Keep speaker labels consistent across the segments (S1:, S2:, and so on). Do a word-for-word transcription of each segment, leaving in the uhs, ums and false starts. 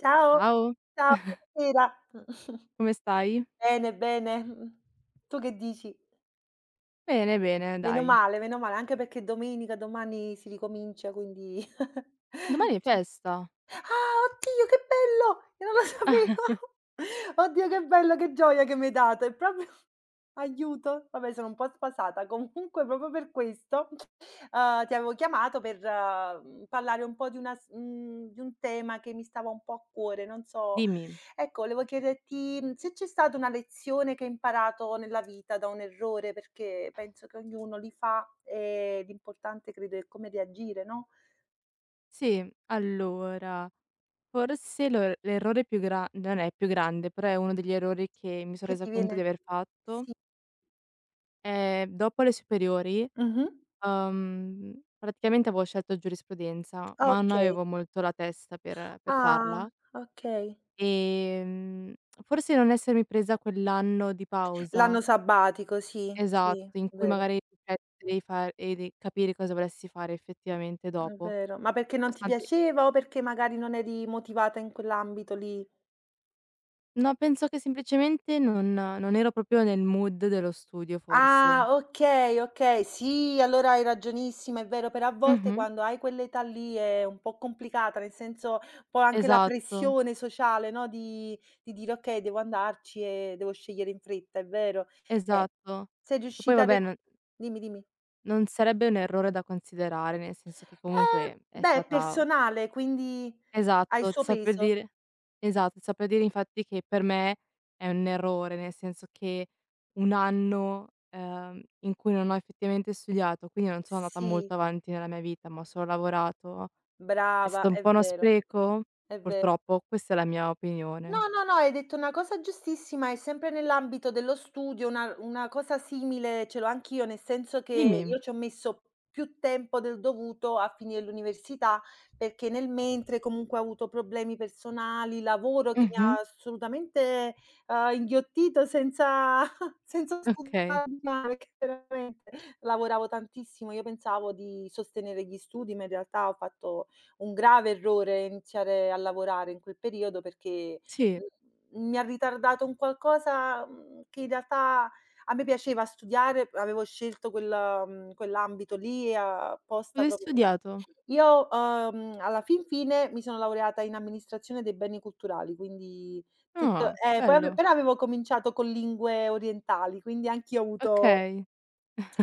S1: Ciao,
S2: Ciao,
S1: ciao, buonasera.
S2: come stai?
S1: Bene, bene. Mh. Tu che dici?
S2: Bene, bene,
S1: Meno
S2: dai.
S1: male, meno male, anche perché domenica, domani si ricomincia, quindi
S2: Domani è
S1: ci
S2: festa.
S1: Ah, oddio che bello! Io non lo sapevo. Oddio che bello, che gioia che mi hai dato. È proprio aiuto. Vabbè sono un po' sfasata. Comunque proprio per questo, uhm, ti avevo chiamato per, mhmm, parlare un po' di una s mhmm, di un tema che mi stava un po' a cuore, non so,
S2: Dimmi.
S1: ecco, volevo chiederti, mhmm, se c'è stata una lezione che hai imparato nella vita da un errore, perché penso che ognuno li fa e l'importante credo è come reagire, no.
S2: Sì, allora, forse l'or l'errore più gran non è più grande, però è uno degli errori che mi son
S1: Che
S2: resa
S1: ti
S2: conto di
S1: viene.
S2: aver fatto,
S1: Sì.
S2: è dopo le superiori.
S1: Mh-mh.
S2: Uhm, praticamente avevo scelto giurisprudenza, ma non
S1: Okay.
S2: avevo molto la testa per per
S1: Ah,
S2: farla.
S1: okay.
S2: ehm, Forse non essermi presa quell'anno di pausa.
S1: L'anno sabbatico, sì, sì,
S2: Esatto, in
S1: è
S2: cui
S1: vero,
S2: magari cioè, devi far e de capire cosa vorresti fare effettivamente
S1: è
S2: dopo.
S1: vero. Ma perché non ti
S2: Nonostante
S1: piaceva o perché magari non eri motivata in quell'ambito lì?
S2: no, penso che semplicemente non non ero proprio nel mood dello studio
S1: Ah,
S2: forse.
S1: okay, okay. Sì, allora hai ragionissima, è vero, però a volte
S2: Mh-mh.
S1: quando hai quell'età lì è un po' complicata, nel senso poi anche la
S2: Esatto,
S1: pressione sociale, no, di di dire: "Okay, devo andarci e devo scegliere in fretta", è vero. Eh,
S2: esatto.
S1: sei
S2: E poi
S1: riuscita a
S2: vabbè
S1: recu
S2: non
S1: dimmi, dimmi.
S2: non sarebbe un errore da considerare, nel senso che
S1: Ehm,
S2: comunque è
S1: beh, è
S2: stata.
S1: personale, quindi. Ha il
S2: Esatto, ti
S1: suo
S2: sto per
S1: peso.
S2: dire esatto, ti sto per dire infatti che per me è un errore, nel senso che un anno, ehm, in cui non ho effettivamente studiato, quindi non sono andata
S1: Sì,
S2: molto avanti nella mia vita, ma ho solo lavorato, è
S1: brava,
S2: stato un
S1: è
S2: po' uno
S1: vero.
S2: spreco?
S1: È ve
S2: Purtroppo, questa è la mia opinione.
S1: No, no, no, hai detto una cosa giustissima e sempre nell'ambito dello studio una una cosa simile ce l'ho anch'io, nel senso che
S2: Dimmi.
S1: io ci ho messo più tempo del dovuto a finire l'università, perché nel mentre comunque ho avuto problemi personali, lavoro che mi
S2: Mh-mh.
S1: ha assolutamente, uhm, inghiottito senza senza studiare
S2: Okay.
S1: mai, perché veramente lavoravo tantissimo. Io pensavo di sostenere gli studi, ma in realtà ho fatto un grave errore iniziare a lavorare in quel periodo perché
S2: Sì.
S1: Mhmm, mi ha ritardato un qualcosa, mhmm, che in realtà a me piaceva studiare, avevo scelto quel mhmm, quell'ambito lì e
S2: Cosa
S1: apposta
S2: hai
S1: proprio per
S2: studiato?
S1: io, uhm, alla fin fine mi sono laureata in amministrazione dei beni culturali, quindi tut
S2: Ah,
S1: eh, poi ave
S2: bello.
S1: però avevo cominciato con lingue orientali, quindi anch'io ho avuto.
S2: Okay.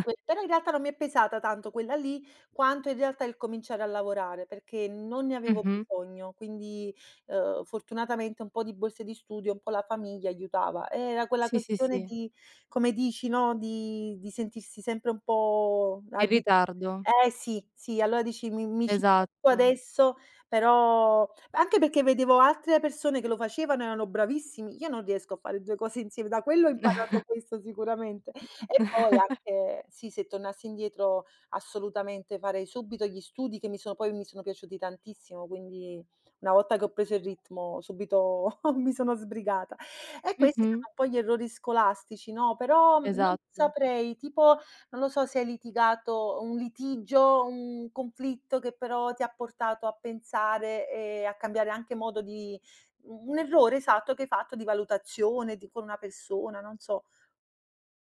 S1: Que Però in realtà non mi è pesata tanto quella lì, quanto in realtà il cominciare a lavorare, perché non ne avevo
S2: Mh-mh.
S1: bisogno. Quindi, uhm, fortunatamente un po' di borse di studio, un po' la famiglia aiutava. Era quella
S2: Sì, sì,
S1: questione
S2: sì.
S1: di come dici, no, di di sentirsi sempre un po'
S2: In
S1: addi
S2: ritardo.
S1: eh sì, sì, allora dici: "Mi mi ci metto
S2: Esatto.
S1: adesso", però anche perché vedevo altre persone che lo facevano, erano bravissimi, io non riesco a fare due cose insieme, da quello ho imparato questo sicuramente. E poi anche sì, se tornassi indietro assolutamente farei subito gli studi che mi sono poi mi sono piaciuti tantissimo, quindi una volta che ho preso il ritmo subito mi sono sbrigata. E questi
S2: Mh-mh.
S1: sono un po' gli errori scolastici, no, però non
S2: Esatto.
S1: saprei, tipo, non lo so se hai litigato un litigio, un conflitto che però ti ha portato a pensare e a cambiare anche modo di un errore esatto che hai fatto di valutazione di con una persona, non so.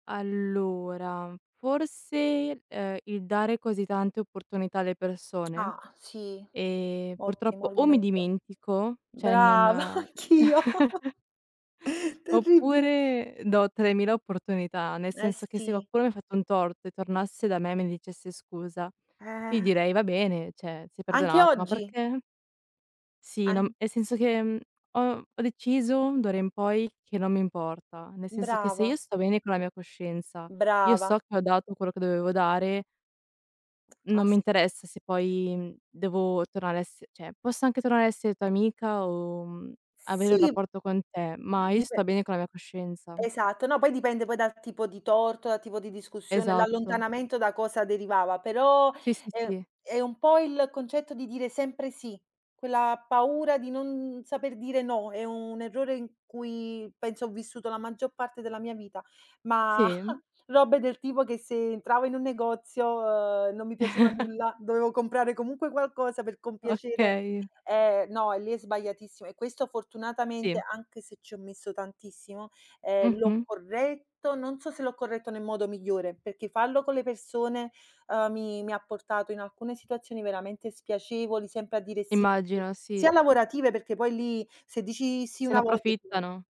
S2: Allora, forse, ehm, il dare così tante opportunità alle persone,
S1: Ah, sì.
S2: ehm,
S1: Ottimo
S2: purtroppo o mi
S1: argomento.
S2: dimentico, cioè
S1: Brava,
S2: non
S1: anch'io. Terribile.
S2: oppure do tremila opportunità, nel
S1: Eh
S2: senso che se
S1: sì,
S2: qualcuno mi ha fatto un torto e tornasse da me e mi dicesse scusa, gli
S1: eh.
S2: direi: "Va bene, cioè sei
S1: Anche
S2: perdonato", ma
S1: oggi,
S2: perché sì, non
S1: an
S2: nel senso che, mhmm, ho ho deciso d'ora in poi che non mi importa, nel senso che se
S1: brava,
S2: io sto bene con la mia coscienza, io
S1: brava,
S2: so che ho dato quello che dovevo dare, non mi
S1: assolut
S2: interessa se poi, mhmm, devo tornare a ess cioè posso anche tornare a essere tua amica o, mhmm, avere un
S1: sì,
S2: rapporto con te, ma io
S1: dipe
S2: sto bene con la mia coscienza.
S1: esatto, no, poi dipende poi dal tipo di torto, dal tipo di discussione, mh,
S2: Esatto.
S1: l'allontanamento da cosa derivava, però
S2: Sì, sì,
S1: è
S2: sì.
S1: è un po' il concetto di dire sempre sì, quella paura di non saper dire no, è un errore in cui penso ho vissuto la maggior parte della mia vita, ma
S2: Sì?
S1: robe del tipo che se entravo in un negozio, ehm, non mi piaceva nulla, dovevo comprare comunque qualcosa per compiacere.
S2: Okay.
S1: Eh, no, e lì è sbagliatissimo e questo fortunatamente,
S2: Sì.
S1: anche se ci ho messo tantissimo. Ehm, l'ho
S2: Mh-mh.
S1: corretto, non so se l'ho corretto nel modo migliore, perché farlo con le persone, uhm, mi mi ha portato in alcune situazioni veramente spiacevoli, sempre a dire sì,
S2: Immagino, sì.
S1: sia lavorative perché poi lì se dici sì
S2: Se
S1: una
S2: ne
S1: volta è finita.
S2: approfittano.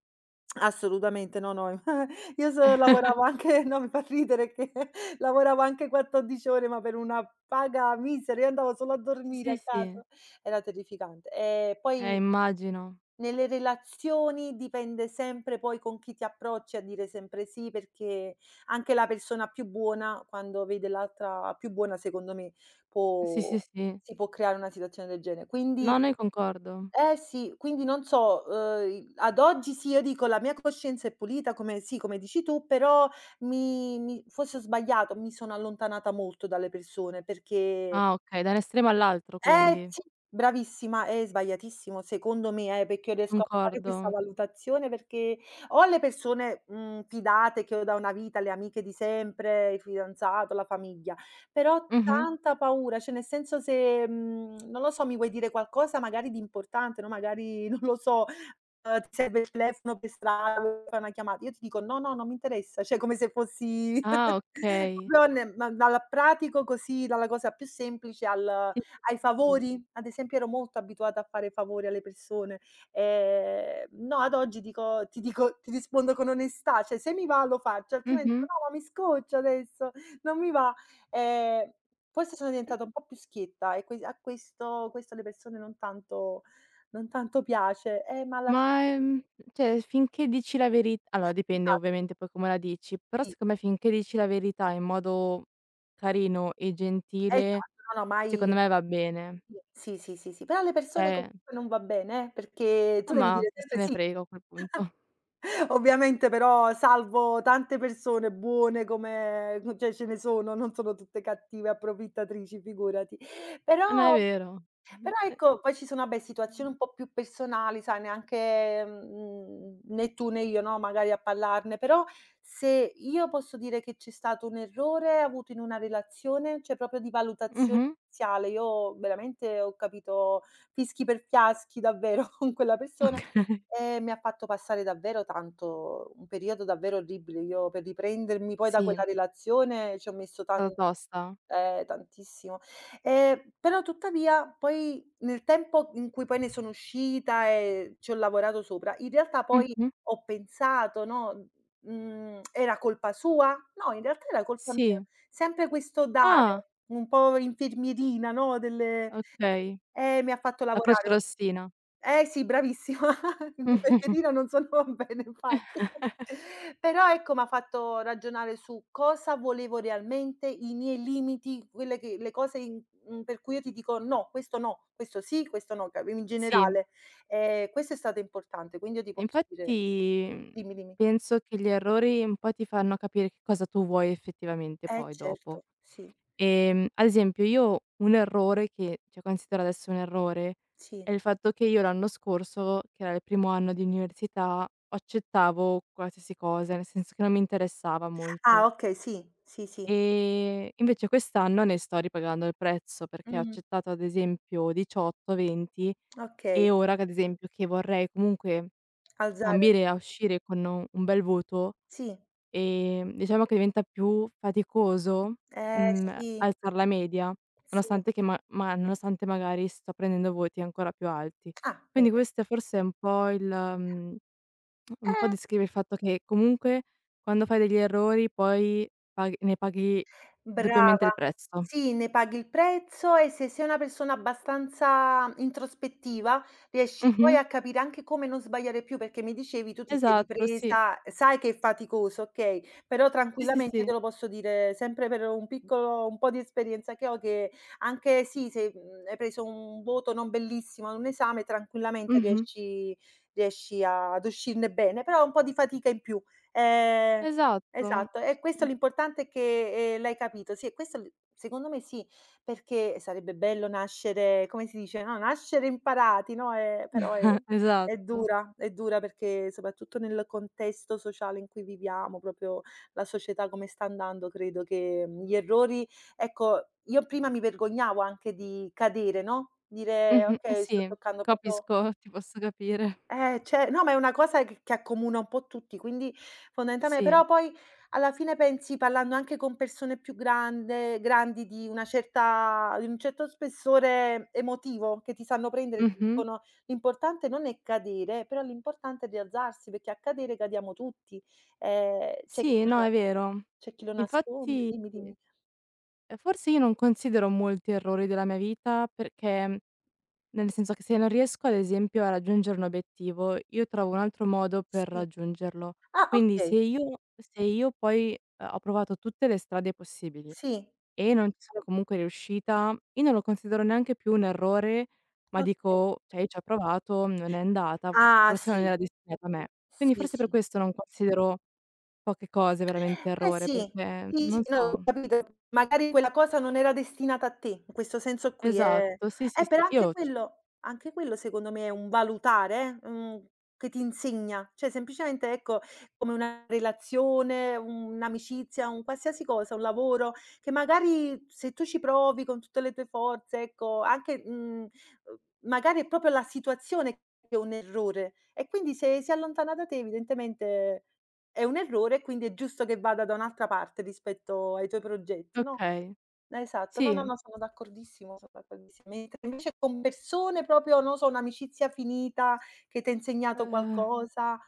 S1: Assolutamente, no, no. Io so lavoravo anche no, mi fa ridere che lavoravo anche quattordici ore, ma per una paga misera, io andavo solo a
S2: Sì,
S1: dormire
S2: sì,
S1: a
S2: sì.
S1: casa, era terrificante. E
S2: Eh,
S1: poi
S2: immagino.
S1: nelle relazioni dipende sempre poi con chi ti approcci a dire sempre sì, perché anche la persona più buona, quando vede l'altra più buona, secondo me
S2: Sì,
S1: può
S2: sì, sì.
S1: si può creare una situazione del genere. Quindi
S2: No, no, io concordo.
S1: eh sì, quindi non so, uhm, i ad oggi sì, io dico la mia coscienza è pulita come sì, come dici tu, però mi mi forse ho sbagliato, mi sono allontanata molto dalle persone perché
S2: Ah, okay, da un estremo all'altro
S1: eh
S2: quindi.
S1: sì, bravissima, è sbagliatissimo secondo me, eh, perché io riesco a fare
S2: Concordo.
S1: questa valutazione perché o le persone, mhmm, fidate che ho da una vita, le amiche di sempre, il fidanzato, la famiglia, però ho
S2: Mh-mh.
S1: tanta paura, cioè nel senso se, mhmm, non lo so, mi vuoi dire qualcosa magari di importante, no, magari non lo so, uhm, ti serve il telefono per strada, vuoi fare una chiamata, io ti dico: "No, no, non mi interessa", cioè come se fossi
S2: Ah, okay.
S1: proprio ne ma dal pratico così, dalla cosa più semplice al
S2: Sì, sì,
S1: ai
S2: sì, sì.
S1: favori? Ad esempio ero molto abituata a fare favori alle persone. Ehm, no, ad oggi dico ti dico ti rispondo con onestà, cioè se mi va lo faccio, altrimenti dico:
S2: Mh-mh.
S1: "No, ma mi scoccio adesso, non mi va". Ehm, Forse sono
S2: N
S1: diventata un po' più schietta e que a questo questo alle persone non tanto non tanto piace. Eh, ma alla fine
S2: ma, ehm, cioè finché dici la veri allora dipende
S1: esatto,
S2: ovviamente poi come la dici, però
S1: sì,
S2: secondo me finché dici la verità in modo carino e gentile,
S1: esatto, no, no, mai
S2: secondo me va bene.
S1: sì, sì, sì, sì, sì. Però alle persone
S2: Cioè
S1: comunque non va bene, eh, perché
S2: no,
S1: tu devi
S2: ma
S1: dire
S2: chi se
S1: sempre
S2: ne
S1: sì.
S2: frega a quel punto.
S1: Ovviamente però salvo tante persone buone come cioè ce ne sono, non sono tutte cattive, approfittatrici, figurati.
S2: Ah, no, è
S1: Però
S2: vero.
S1: però
S2: Mh-mh.
S1: ecco, poi ci sono vabbè situazioni un po' più personali, sai, neanche, mhmm, né tu né io, no, magari a parlarne, però se io posso dire che c'è stato un errore avuto in una relazione, cioè proprio di valutazione
S2: Mh-mh.
S1: iniziale, io veramente ho capito fischi per fiaschi davvero con quella persona
S2: Okay.
S1: e mi ha fatto passare davvero tanto un periodo davvero orribile. Io per riprendermi poi da quella
S2: Sì.
S1: relazione ci ho messo tan
S2: Alla tosta?
S1: ehm, tantissimo. Ehm, però tuttavia poi nel tempo in cui poi ne sono uscita e ci ho lavorato sopra, in realtà poi
S2: Mh-mh.
S1: ho pensato, no, mhmm: "Era colpa sua?" No, in realtà era colpa mia.
S2: Sì.
S1: Sempre questo
S2: Ah,
S1: dare, un po' infermierina, no, del:
S2: okay.
S1: "Eh, mi ha fatto
S2: La
S1: lavorare
S2: crocerossina.
S1: eh sì, bravissima. Il pezzettino non sono bene fatti." Però ecco, m'ha fatto ragionare su cosa volevo realmente, i miei limiti, quelle che le cose in mhmm, per cui io ti dico: "No, questo no, questo sì, questo no", capi in
S2: Sì.
S1: generale. Ehm, questo è stato importante, quindi io ti posso dire
S2: Infatti, mhmm,
S1: dimmi, dimmi.
S2: penso che gli errori un po' ti fanno capire che cosa tu vuoi effettivamente
S1: Eh
S2: poi dopo.
S1: certo, sì,
S2: Ehm, ad esempio io un errore che cioè considero adesso un errore,
S1: sì.
S2: è il fatto che io l'anno scorso, che era il primo anno di università, accettavo qualsiasi cosa, nel senso che non mi interessava
S1: Ah
S2: molto.
S1: okay, sì, sì, sì.
S2: Ehm, invece quest'anno ne sto ripagando il prezzo, perché ho
S1: Mh,
S2: accettato ad esempio diciotto, venti
S1: okay.
S2: e ora che ad esempio che vorrei comunque
S1: Alzare
S2: ambire a uscire con un un bel voto,
S1: sì,
S2: ehm, diciamo che diventa più faticoso,
S1: eh
S2: mhmm,
S1: sì,
S2: alzar la media,
S1: sì.
S2: nonostante che ma ma nonostante magari sto prendendo voti ancora più alti.
S1: Ah
S2: Quindi
S1: bene.
S2: questo forse è forse un po' il, mhmm un po'
S1: Eh
S2: descrive il fatto che comunque quando fai degli errori poi pagh ne paghi doppiamente
S1: Brava.
S2: il prezzo.
S1: Sì, ne paghi il prezzo e se sei una persona abbastanza mhmm, introspettiva, riesci poi
S2: Mh-mh.
S1: a capire anche come non sbagliare più, perché mi dicevi tu ti sei
S2: Esatto, sì.
S1: ripresa, sai che è faticoso, okay, però
S2: Sì, sì,
S1: tranquillamente te
S2: sì.
S1: lo posso dire sempre per un piccolo un po' di esperienza che ho, che anche sì, se, mhmm, hai preso un voto non bellissimo ad un esame, tranquillamente
S2: Mh-mh.
S1: riesci riesci a- ad uscirne bene, però un po' di fatica in più. Ehm
S2: Esatto.
S1: Esatto, e
S2: C
S1: questo
S2: Mh.
S1: l'importante è che, ehm, l'hai capito. Sì, e questo l secondo me sì, perché sarebbe bello nascere come si dice, no, nascere imparati, no, ehm, però è è
S2: Esatto.
S1: dura, è dura perché soprattutto nel contesto sociale in cui viviamo, proprio la società come sta andando, credo che mm, gli errori ecco, io prima mi vergognavo anche di cadere, no, dire:
S2: Mh-mh. Eh
S1: "Okay, sto
S2: sì,
S1: toccando proprio".
S2: capisco, ti posso capire.
S1: Eh, ce no, ma è una cosa che che accomuna un po' tutti, quindi fondamentalme
S2: Sì.
S1: però poi alla fine pensi, parlando anche con persone più grande grandi di una certa di un certo spessore emotivo, che ti sanno prendere, ti
S2: Mh-mh.
S1: dicono: "L'importante non è cadere, però l'importante è rialzarsi, perché a cadere cadiamo tutti". Ehm, c'è chi
S2: Sì,
S1: lo
S2: no,
S1: na
S2: è vero.
S1: c'è chi lo nasconde.
S2: Infatti,
S1: Dimmi,
S2: ehm,
S1: dimmi.
S2: forse io non considero molti errori della mia vita perché nel senso che se non riesco ad esempio a raggiungere un obiettivo, io trovo un altro modo per
S1: Sì.
S2: raggiungerlo.
S1: Ah,
S2: Quindi se
S1: okay.
S2: io se io poi, ehm, ho provato tutte le strade possibili
S1: Sì,
S2: e non ci sono comunque riuscita, io non lo considero neanche più un errore, ma dico:
S1: okay.
S2: "Okay, ci ho provato, non è andata, f
S1: Ah,
S2: forse non
S1: sì.
S2: era destinata a me". Quindi
S1: Sì,
S2: forse per
S1: sì.
S2: questo non considero poche cose veramente
S1: Eh
S2: errore,
S1: sì,
S2: perché
S1: sì, sì,
S2: non
S1: no, ho
S2: so.
S1: capito. Magari quella cosa non era destinata a te, in questo senso qui. Ehm,
S2: Esatto, sì, sì,
S1: eh, però
S2: sì,
S1: anche
S2: io c
S1: quello anche quello secondo me è un valutare, mhmm, che ti insegna. Cioè semplicemente, ecco, come una relazione, un'amicizia, un qualsiasi cosa, un lavoro, che magari se tu ci provi con tutte le tue forze, ecco, anche, mhmm, uhm, magari è proprio la situazione che è un errore e quindi se si allontana da te evidentemente è un errore, quindi è giusto che vada da un'altra parte rispetto ai tuoi progetti, no.
S2: okay,
S1: Eh, esatto. No, no,
S2: sì,
S1: no, sono d'accordissimo, sono d'accordissimo. Mentre invece con persone proprio, non so, un'amicizia finita che t'ha insegnato
S2: ehm
S1: qualcosa,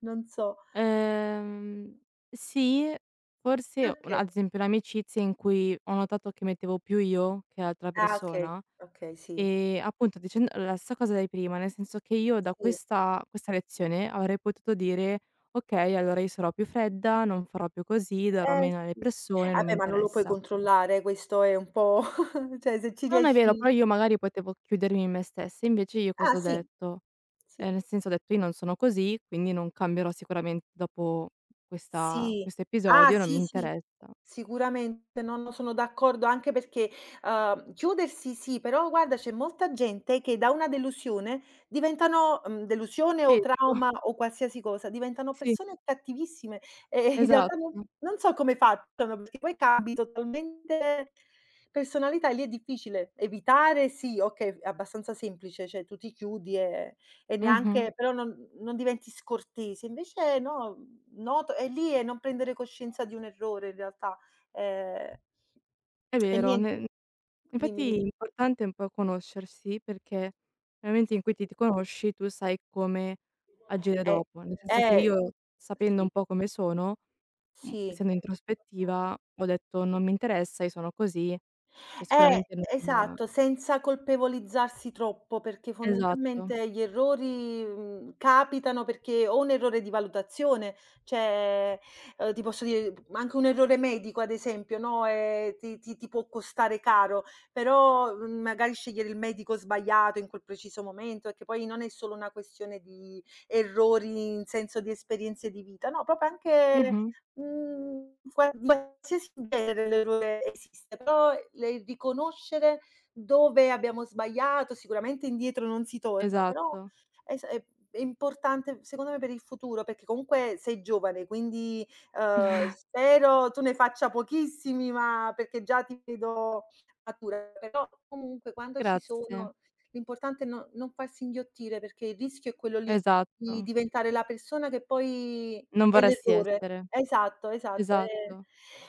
S1: non so.
S2: Ehm, sì, forse un
S1: Okay.
S2: ad esempio le amicizie in cui ho notato che mettevo più io che l'altra
S1: Ah, okay,
S2: persona
S1: okay, sì.
S2: e appunto dicendo la stessa cosa di prima, nel senso che io da
S1: Sì,
S2: questa questa lezione avrei potuto dire: "Okay, allora io sarò più fredda, non farò più così, darò
S1: eh
S2: meno alle
S1: sì.
S2: persone, non mi
S1: Vabbè, ma non lo puoi
S2: interessa".
S1: controllare, questo è un po' cioè se ci
S2: Non è vero,
S1: riesci
S2: però io magari potevo chiudermi in me stessa, invece io
S1: ah
S2: cosa ho
S1: sì,
S2: detto?
S1: sì.
S2: Ehm, nel senso ho detto: "Io non sono così, quindi non cambierò sicuramente dopo questa
S1: Sì.
S2: questo
S1: Ah,
S2: episodio, non mi
S1: sì, sì.
S2: interessa".
S1: Sicuramente, no, no, sono d'accordo anche perché, uhm, chiudersi sì, però guarda c'è molta gente che da una delusione diventano mhmm, delusione o
S2: Peggio,
S1: trauma o qualsiasi cosa, diventano
S2: sì,
S1: persone cattivissime e in realtà
S2: esatto.
S1: non non so come facciano, perché poi cambi totalmente personalità e lì è difficile. Evitare sì, okay, è abbastanza semplice, cioè tu ti chiudi e e
S2: Mh-mh.
S1: neanche però non non diventi scortese, invece no. Noto e lì è non prendere coscienza di un errore in realtà. Ehm
S2: È
S1: e
S2: vero,
S1: niente
S2: ne
S1: dimmi,
S2: infatti
S1: dimmi.
S2: l'importante è un po' conoscersi, perché nel momento
S1: Sì.
S2: in cui ti ti conosci tu sai come agire
S1: Eh,
S2: dopo, nel senso che
S1: eh,
S2: io sapendo un
S1: sì,
S2: po' come sono, mhmm,
S1: sì.
S2: essendo introspettiva, ho detto: "Non mi interessa, io sono così". Cioè
S1: Eh,
S2: sicuramente non
S1: esatto, senza colpevolizzarsi troppo, perché
S2: esatto.
S1: fondamentalmente gli errori, mhmm, capitano perché o un errore di valutazione, cioè, uhm, ti posso dire anche un errore medico ad esempio, no, ehm, ti ti ti può costare caro, però, mhmm, magari scegliere il medico sbagliato in quel preciso momento, perché poi non è solo una questione di errori in senso di esperienze di vita, no, proprio anche
S2: Mh-mh,
S1: Mhmm, guar qualsiasi genere l'errore esiste, però le riconoscere dove abbiamo sbagliato, sicuramente indietro non si torna, però
S2: esatto.
S1: es è è importante secondo me per il futuro, perché comunque sei giovane, quindi, uhm, spero tu ne faccia pochissimi, ma perché già ti vedo matura, però comunque quando ci
S2: Grazie,
S1: sono l'importante è no non farsi inghiottire, perché il rischio è quello lì, di
S2: esatto.
S1: diventare la persona che poi
S2: Non
S1: è
S2: vorresti
S1: l'errore.
S2: essere.
S1: Esatto, esatto. Ehm,
S2: Esatto.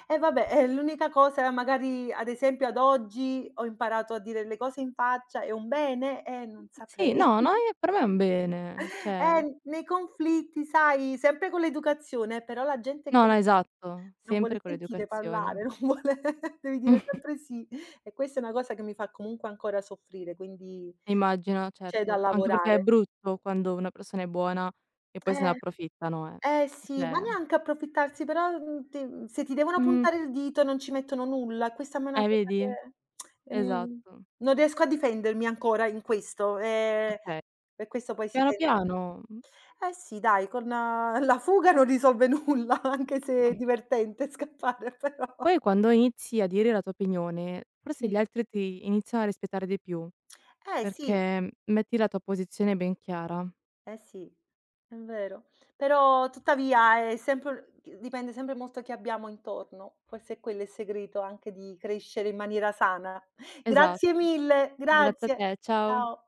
S1: E vabbè, ehm, l'unica cosa magari ad esempio ad oggi ho imparato a dire le cose in faccia, è un bene? Eh, non
S2: Sì,
S1: saprei.
S2: no, no, e per me è un bene, cioè
S1: Eh, nei conflitti sai, sempre con l'educazione, però la gente è
S2: no, no,
S1: come
S2: esatto,
S1: non vuole
S2: sempre con
S1: sentire
S2: l'educazione.
S1: parlare, non vuole devi dire sempre sì. E questa è una cosa che mi fa comunque ancora soffrire, quindi
S2: Immagino,
S1: c'è da
S2: certo, anche perché è
S1: lavorare.
S2: brutto quando una persona è buona e poi se ne
S1: Eh.
S2: approfittano, eh.
S1: Eh sì, ma
S2: Cioè
S1: neanche approfittarsi, però, mhmm, ti mhmm, se ti devono
S2: mh,
S1: puntare il dito non ci mettono nulla. Questa a me è una
S2: eh
S1: cosa
S2: vedi?
S1: che, ehm,
S2: Esatto.
S1: non riesco a difendermi ancora in questo, ehm,
S2: Okay.
S1: per questo poi si
S2: Piano,
S1: ten
S2: piano, mh,
S1: eh sì dai, con la fuga non risolve nulla, anche se è divertente scappare però.
S2: poi quando inizi a dire la tua opinione, forse gli
S1: Sì.
S2: altri ti iniziano a rispettare di più,
S1: Eh sì.
S2: perché metti la tua posizione ben chiara.
S1: Eh sì, è vero. Però tuttavia è sempre dipende sempre molto chi abbiamo intorno. Forse quello è quello il segreto anche di crescere in maniera sana.
S2: Esatto.
S1: Grazie mille,
S2: Grazie a
S1: grazie.
S2: te, ciao.
S1: Ciao.